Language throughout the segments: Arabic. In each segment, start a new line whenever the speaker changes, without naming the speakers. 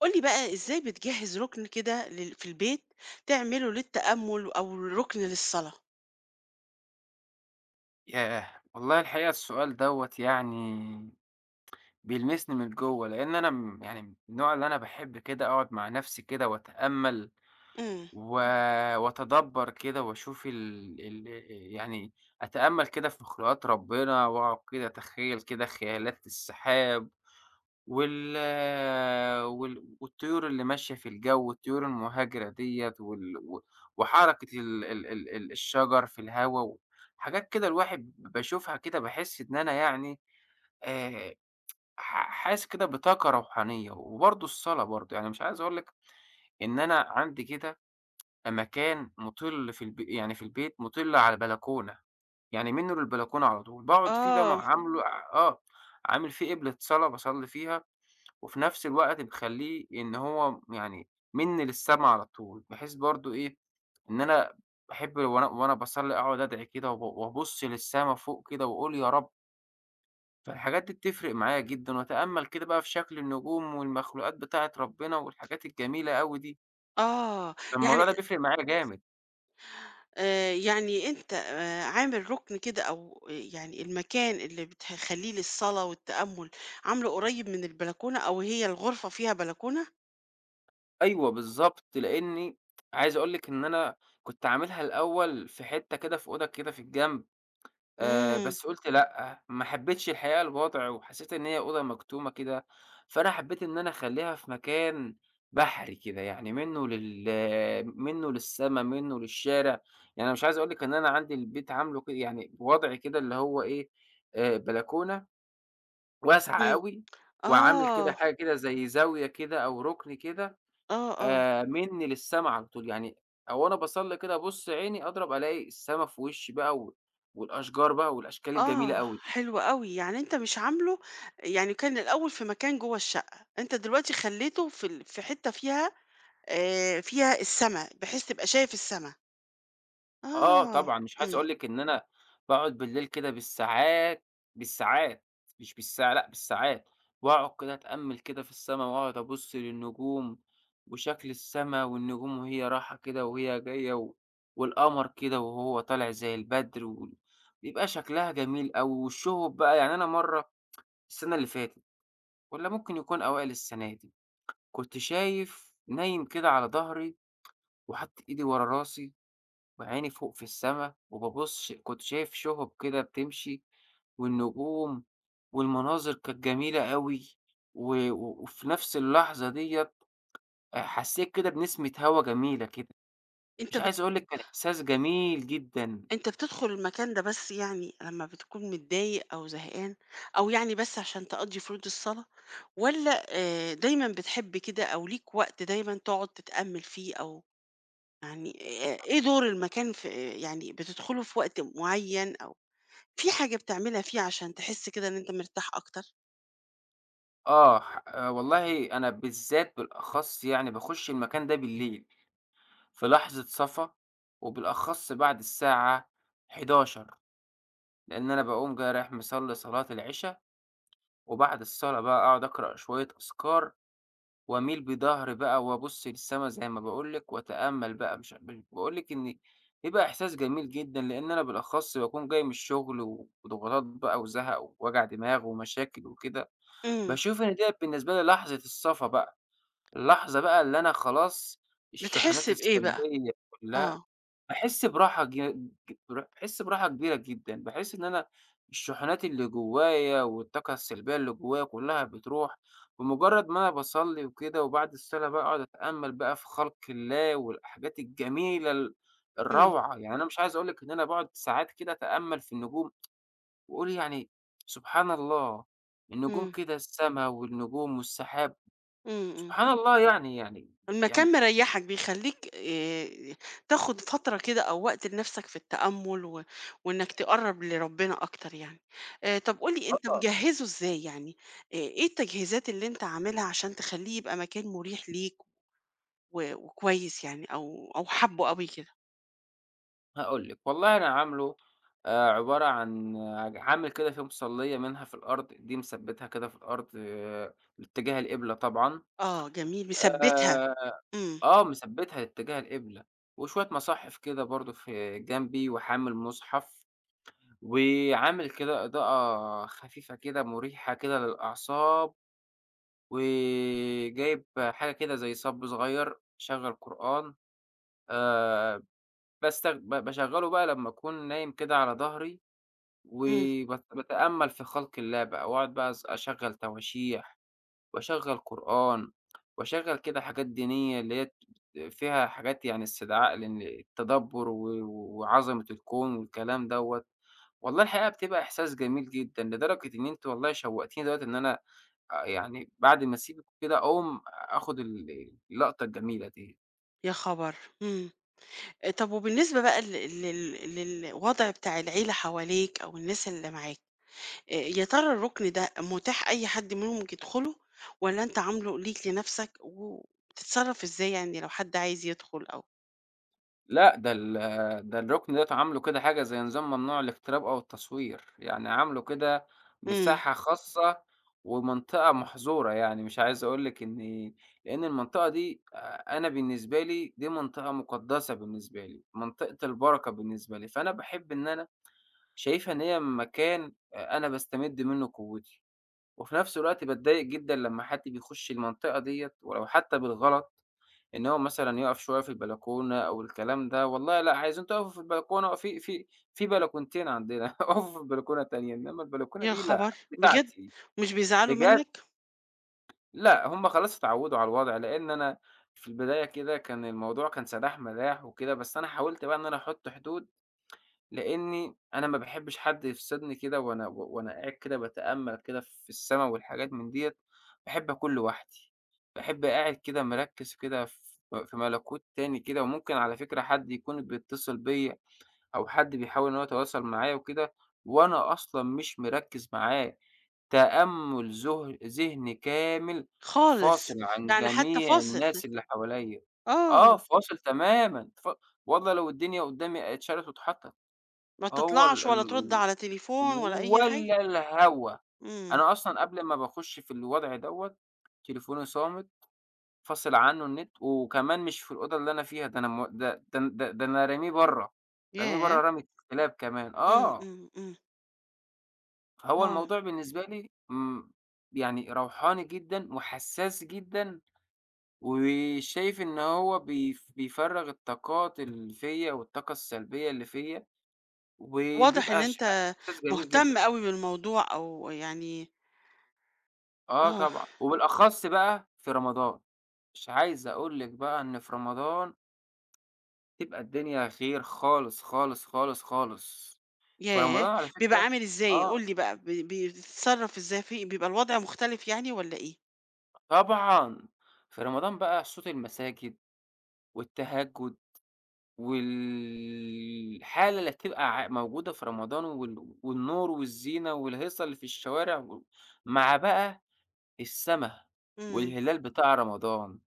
قُل لي بقى إزاي بتجهّز رُكن كده في البيت، تعمله للتأمُّل أو رُكن للصلاة؟
ياه! والله الحقيقة السؤال دوّة يعني بيلمسني من جوّه، لإن أنا يعني من النوع اللي أنا باحب كده أقعد مع نفسي كده وأتأمل
إمم.
و وأتدبّر كده وأشوف ال ال يعني أتأمل كده في مخلوقات ربنا، وأقعد كده أتخيّل كده خيالات السحاب وال والطيور اللي ماشية في الجو، والطيور المهاجرة ديّة، و وحركة ال ال ال ال الشجر في الهوا، و حاجات كده الواحد باشوفها كده باحس إن أنا يعني آآ حاسس كده بطاقة روحانية، وبرضه الصلاة برضه. يعني مش عايز أقول لك إن أنا عندي كده مكان مُطِل في الب يعني في البيت مُطِل على البلكونة، يعني منه للبلكونة على طول، باقعد فيه ده
آه،
عامله. آه، عامل فيه قِبلة صلاة باصلّي فيها. وفي نفس الوقت بتخلّيه إن هو يعني منّي للسما على طول، بحيث برضه إيه، إن أنا باحب وأنا باصلّي أقعد أدعي كده وأبُص للسما فوق كده وأقول يا رب. فالحاجات دي بتفرق معايا جدًا، وأتأمّل كده بقى في شكل النجوم والمخلوقات بتاعة ربنا والحاجات الجميلة أوي دي.
آه. يعني
فالموضوع ده بيفرق معايا جامد.
يعني أنت عامل رُكن كده أو يعني المكان اللي بتخلّيه للصلاة والتأمُّل، عامله قريب من البلكونة أو هي الغرفة فيها بلكونة؟
أيوه بالضبط، لإنّي عايز أقول لِك إن أنا كنت عاملها الأول في حتّة كده في أوضة كده في الجنب.
إمم،
بس قُلت لأ، ما حبيتش الحقيقة الوضع، وحسيت إن هي أوضة مكتومة كده. فأنا حبيت إن أنا أخلّيها في مكان بحري كده، يعني منّه للسما، منّه للشارع. يعني أنا مش عايز أقول لِك إن أنا عندي البيت عامله كده، يعني بوضع كده اللي هو إيه، بلكونة واسعة
إمم.
أوي، وعامل كده
آه،
حاجة كده زي زاوية كده أو رُكن كده،
آه، آه.
منّي للسما على طول. يعني أو وأنا باصلّي كده أبُص عيني أضرب ألاقي السما في وشّي بقى والأشجار بقى والأشكال الجميلة
آه،
أوي دي.
حلو أوي. يعني أنت مش عامله، يعني كان الأول في مكان جوّه الشقة، أنت دلوقتي خلّيته في ال في حتّة فيها فيها السما، بحيث تبقى شايف السما.
آه
آه،
طبعًا، مش عايز
إمم.
أقول لِك إن أنا باقعد بالليل كده بالساعات، بالساعات، مش بالساعة، لأ بالساعات، وأقعد كده أتأمّل كده في السما وأقعد أبُص للنجوم وشكل السما والنجوم وهي رايحة كده وهي جاية والقمر كده وهو طالع زي البدر بيبقى شكلها جميل أوي، والشهب بقى. يعني أنا مرّة، السنة اللي فاتت والّا ممكن يكون أوائل السنة دي، كنت شايف نايم كده على ضهري وحاطط إيدي ورا راسي وعيني فوق في السما وبابُص، كنت شايف شُهب كده بتمشي والنجوم، والمناظر كانت جميلة أوي، و و وفي نفس اللحظة ديّة حسّيت كده بنسمة هوا جميلة كده.
أنت
مش
بت
عايز أقول لِك كان إحساس جميل جدًا.
أنت بتدخل المكان ده بس يعني لمّا بتكون متضايق أو زهقان، أو يعني بس عشان تقضّي فروض الصلاة، والّا دايمًا بتحب كده، أو ليك وقت دايمًا تقعد تتأمّل فيه؟ أو يعني إيه دور المكان في يعني بتدخله في وقت معيّن، أو في حاجة بتعملها فيه عشان تحس كده إن أنت مرتاح أكتر؟
آه، والله أنا بالذات بالأخص يعني باخُش المكان ده بالليل، في لحظة صفا وبالأخص بعد الساعة 11، لأن أنا باقوم جاي رايح مصلّي صلاة العِشا، وبعد الصلاة بقى أقعد أقرأ شوية أذكار وأميل بضهري بقى وأبُص للسما زي ما باقول لِك وأتأمّل بقى، مش باقول لِك إن بيبقى إحساس جميل جدًا، لإن أنا بالأخص باكون جاي من الشغل و وضغوطات بقى وزَهَق ووجع دماغ ومشاكل وكده.
إمم.
باشوف إن ديّة بالنسبة لي لحظة الصفا بقى، اللحظة بقى اللي أنا خلاص
بتحس
الشحنات
بإيه بقى؟
السلبية كلّها،
آه.
باحس براحة ج ج برا باحس براحة كبيرة جدًا. باحس إن أنا الشحنات اللي جوايا والطاقة السلبية اللي جوايا كلها بتروح، بمجرد ما أنا باصلّي وكده وبعد الصلاة بقى أقعد أتأمّل بقى في خلق الله والحاجات الجميلة
إمم،
الروعة. يعني أنا مش عايز أقول لِك إن أنا باقعد ساعات كده أتأمّل في النجوم، وأقول يعني سبحان الله، النجوم
إمم،
كده، السما والنجوم والسحاب،
إمم، إمم.
سبحان الله يعني يعني
المكان
يعني
مريحك، بيخلّيك تاخد فترة كده أو وقت لنفسك في التأمُّل وإنك تقرّب لربنا أكتر يعني. طب قُل لي أنت
آه.
مجهّزه إزاي يعني، إيه التجهيزات اللي أنت عاملها عشان تخلّيه يبقى مكان مريح ليك وكويس يعني، أو حابّه أوي كده؟
هاقول لِك، والله أنا عامله عبارة عن، عامل كده فيه مصليّة منها في الأرض، دي مثبّتها كده في الأرض لاتجاه القبلة طبعًا.
آه جميل، مثبّتها.
آآ
إمم،
مثبّتها لاتجاه القبلة، وشوية مصاحف كده برضه في جنبي، وحامل مصحف، وعامل كده إضاءة خفيفة كده مُريحة كده للأعصاب، وجايب حاجة كده زي صغيّر بيشغّل قرآن. آآ باستخ ب باشغّله بقى لمّا أكون نايم كده على ضهري،
إمم،
وبت باتأمَّل في خلق الله بقى، وأقعد بقى أشغّل تواشيح، وأشغّل قرآن، وأشغّل كده حاجات دينية اللي هي فيها حاجات يعني استدعاء لإن التدبُّر و وعظمة الكون والكلام دوّة. والله الحقيقة بتبقى إحساس جميل جدًا، لدرجة إن أنتِ والله شوّقتيني دلوقتي إن أنا، يعني بعد ما أسيبِك وكده أقوم آخُد اللقطة الجميلة ديّة.
يا خبر! إمم. طب وبالنسبة بقى لل لل للوضع بتاع العيلة حواليك أو الناس اللي معاك؟ إيه، يا ترى الركن ده متاح أي حد منهم ممكن يدخله، ولا أنت عامله ليك لنفسك؟ وبتتصرف إزاي يعني لو حد عايز يدخل؟ أو
لأ، ده الرُكن ديّة عامله كده حاجة زي نظام ممنوع الاقتراب أو التصوير، يعني عامله كده
امم.
مساحة خاصة ومنطقة محظورة. يعني مش عايز أقول لِك إني، لإن المنطقة دي أنا بالنسبة لي دي منطقة مقدسة بالنسبة لي، منطقة البركة بالنسبة لي، فأنا باحب إن أنا شايفها إن هي مكان أنا باستمد منه قوتي. وفي نفس الوقت باتضايق جدًا لمّا حد بيخش المنطقة ديّة ولو حتى بالغلط. إن هو مثلًا يقف شوية في البلكونة أو الكلام ده، والله لأ، عايزين تقفوا في البلكونة، في بلكونتين عندنا اقفوا في البلكونة التانية، إنما البلكونة
يا
دي لأ،
خبر بجد.
بتاعتي.
مش بيزعلوا
بجد.
منك؟
لأ، هم خلاص اتعودوا على الوضع، لإن أنا في البداية كده كان الموضوع كان سداح مداح وكده، بس أنا حاولت بقى إن أنا أحط حدود، لإني أنا ما باحبش حد يفصلني كده وأنا و وأنا قاعد كده باتأمل كده في السما والحاجات من ديّة. باحب أكون لوحدي، باحب قاعد كده مركّز كده في ملكوت تاني كده. وممكن على فكرة حد يكون بيتصل بيّا أو حد بيحاول إن هو يتواصل معايا وكده، وأنا أصلًا مش مركّز معاه، تأمل ذهني كامل، فاصل
خالص.
عن
يعني حتى
جميع
فاصل.
الناس اللي حواليّا. آه
آه.
فاصل تمامًا. والله لو الدنيا قدامي اتشالت واتحطّت،
ما
هو ال
تطلعش ولا ترد
ال
على تليفون ولا أي حاجة؟
ولا الهوا.
امم.
أنا أصلًا قبل ما باخُش في الوضع دوّة، تليفوني صامت، فاصل عنّه النت، وكمان مش في الأوضة اللي أنا فيها، ده أنا، مو ده ده ده ده أنا راميه برّه، راميه
ياه.
برّه رمية الكلاب كمان،
امم،
آه.
امم، امم.
فهو
اه.
الموضوع بالنسبة لي، يعني روحاني جدًا وحساس جدًا، وشايف إن هو بيفرّغ الطاقات اللي فيّا والطاقة السلبية اللي فيّا،
واضح إن
وبيبقى
أنت
إحساس جميل جدًا.
مهتم قوي بالموضوع، أو يعني.
آه
اه.
طبعًا، وبالأخص بقى في رمضان، مش عايز أقول لِك بقى إن في رمضان تبقى الدنيا خير، خالص، خالص، خالص، خالص. في
ياه!
رمضان على
بيبقى
فكرة،
عامل إزاي؟
آه
قُل لي بقى بيتصرّف إزاي؟ بيبقى الوضع مختلف يعني والّا إيه؟
طبعًا، في رمضان بقى صوت المساجد والتهجد، والحالة اللي بتبقى موجودة في رمضان، والنور والزينة والهيصة اللي في الشوارع، مع بقى السما
إمم،
والهلال بتاع رمضان.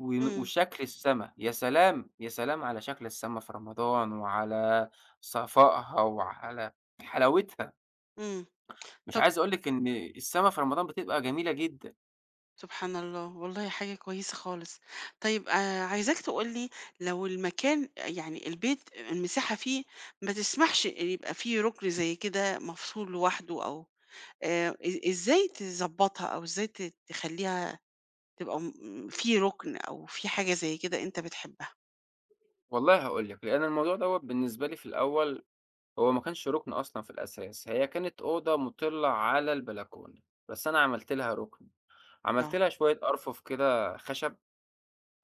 إمم،
وشكل السما، يا سلام! يا سلام على شكل السما في رمضان، وعلى صفائها، وعلى حلاوتها.
إمم.
مش
طب
عايز أقول لِك إن السما في رمضان بتبقى جميلة جدًا.
سبحان الله، والله حاجة كويسة خالص. طيب عايزاك تقول لي، لو المكان يعني البيت المساحة فيه ما تسمحش إن يبقى فيه رُكن زي كده مفصول لوحده، أو إزاي تضبّطها، أو إزاي تخلّيها تبقى في رُكن أو في حاجة زي كده أنت بتحبها؟
والله هاقول لِك، لأن الموضوع دوّة بالنسبة لي في الأول هو ما كانش رُكن أصلًا في الأساس، هي كانت أوضة مُطلة على البلكونة، بس أنا عملت لها رُكن، عملت
آه.
لها شوية أرفف كده خشب،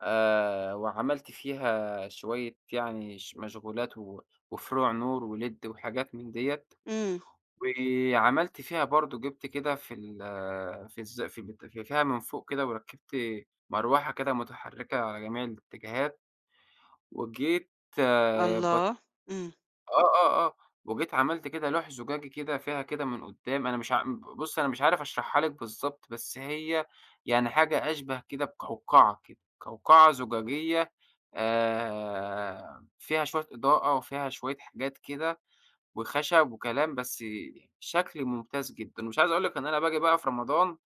وعملت فيها شوية يعني مشغولات و وفروع نور وLED وحاجات من ديّة.
إمم.
وعملت فيها برضه جِبت كده في ال في الز في بت في فيها من فوق كده، وركّبت مروحة كده متحركة على جميع الاتجاهات، وجيت، آه بط
الله! إمم.
آه، آه، آه، وجيت عملت كده لوح زجاجي كده فيها كده من قدّام. أنا مش ع بُصّ، أنا مش عارف أشرحها لِك بالضبط، بس هي يعني حاجة أشبه كده بقوقعة كده، قوقعة زجاجية، فيها شوية إضاءة وفيها شوية حاجات كده وخشب وكلام، بس شكل ممتاز جدًا. ومش عايز أقول لك إن أنا باجي بقى في رمضان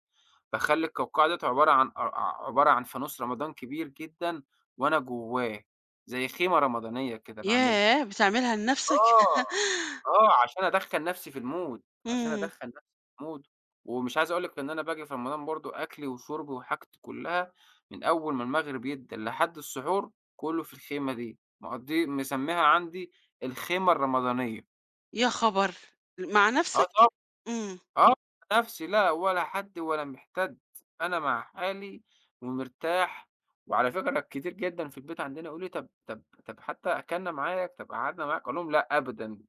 باخلّي القوقعة ديّة عبارة عن فانوس رمضان كبير جدًا وأنا جواه، زي خيمة رمضانية كده باعملها.
ياه! بتعملها لنفسك؟
آه، آه، عشان أدخّل نفسي في الmood، عشان
إمم،
أدخّل نفسي في الmood. ومش عايز أقول لك إن أنا باجي في رمضان برضه أكلي وشربي وحاجتي كلها من أول ما المغرب يدَّن لحد السحور كله في الخيمة دي، مقضّي مسميها عندي الخيمة الرمضانية.
يا خبر! مع
آه،
نفسك؟ إمم،
آه، نَفْسي لأ، ولا حد ولا مِحتَد، أنا مع حالي ومرتاح. وعلى فكرة كتير جدًا في البيت عندنا يقولوا لي: "طَب، طَب، طَب، حتى أكلنا معاك، طَب قعدنا معاك." أقول لهم: "لأ أبدًا،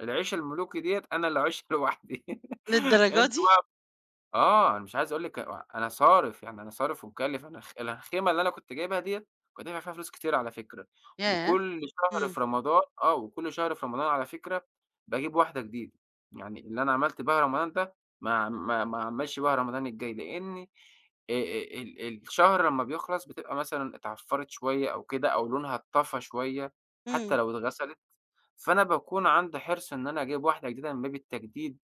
العيشة الملوكي ديّة أنا اللي أعيشها لوحدي."
للدرجة
أنتم
دي!
آه، أنا مش عايز أقول لِك، أنا صارف، يعني أنا صارف ومكلّف. أنا الخيمة اللي أنا كنت جايبها ديّة كنت دافع فيها فلوس كتير على فكرة،
ياه!
وكل شهر
إمم،
في رمضان، وكل شهر في رمضان على فكرة باجيب واحدة جديدة، يعني اللي أنا عملت بيها رمضان ده ما أعملش بيها رمضان الجاي، لإني ال ال الشهر لمّا بيخلص بتبقى مثلًا اتعفّرت شوية أو كده، أو لونها اتطفى شوية، حتى
إمم،
لو اتغسلت، فأنا باكون عندي حرص إن أنا أجيب واحدة جديدة من باب التجديد.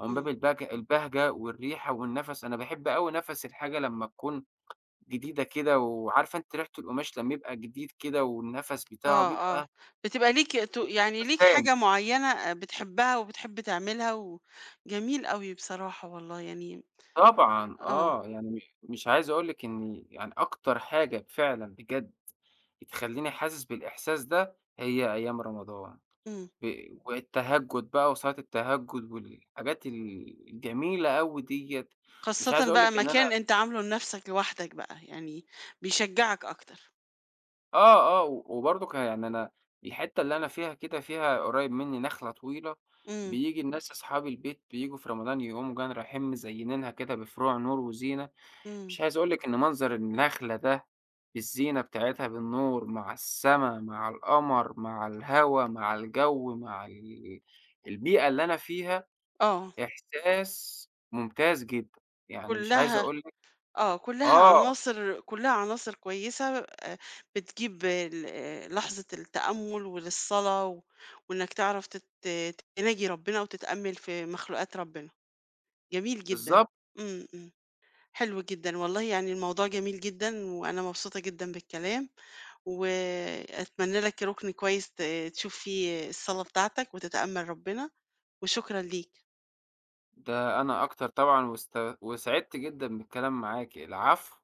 هو من
إمم،
باب البهجة والريحة والنَفَس، أنا باحب أوي نَفَس الحاجة لمّا تكون جديدة كده، وعارفة أنتِ ريحة القماش لمّا يبقى جديد كده والنَفَس بتاعه
آه، آه،
بيبقى
بتبقى ليك يعني
إحساس
ليك
تاني.
حاجة معينة بتحبها وبتحب تعملها. جميل أوي بصراحة والله يعني.
طبعًا
آه،
آه، يعني مش عايز أقول لِك إني، يعني أكتر حاجة فعلًا بجد بتخلّيني حاسس بالإحساس ده هي أيام رمضان
إمم،
والتهجُّد بقى وصلاة التهجُّد والحاجات الجميلة أوي ديّة، مش عايز
خاصةً
أقول
بقى
لِك إن أنا
مكان أنت عامله لنفسك لوحدك بقى، يعني بيشجعك أكتر.
و وبرضك يعني أنا الحتّة اللي أنا فيها كده فيها قريّب منّي نخلة طويلة.
إمم،
بييجي الناس أصحاب البيت بييجوا في رمضان يقوموا جايين رايحين مزيّنينها كده بفروع نور وزينة،
إمم،
مش عايز أقول لِك إن منظر النخلة ده بالزينة بتاعتها بالنور مع السما مع القمر مع الهوا مع الجو مع البيئة اللي أنا فيها،
آه،
إحساس ممتاز جدًا، يعني مش عايز
كلها،
أقول لِك،
آه، كلّها
آه
عناصر كلّها عناصر كويسة، بتجيب ال لحظة التأمُّل وللصلاة، وإنك تعرف تناجي ربنا وتتأمّل في مخلوقات ربنا، جميل جدًا،
بالضبط.
إمم، إمم، حلو جدًا، والله يعني الموضوع جميل جدًا، وأنا مبسوطة جدًا بالكلام، وأتمنى لك رُكن كويس تشوف فيه الصلاة بتاعتك وتتأمّل ربنا، وشكرًا ليك.
ده أنا أكتر طبعًا، وسعدت جدًا بالكلام معاكِ، العفو.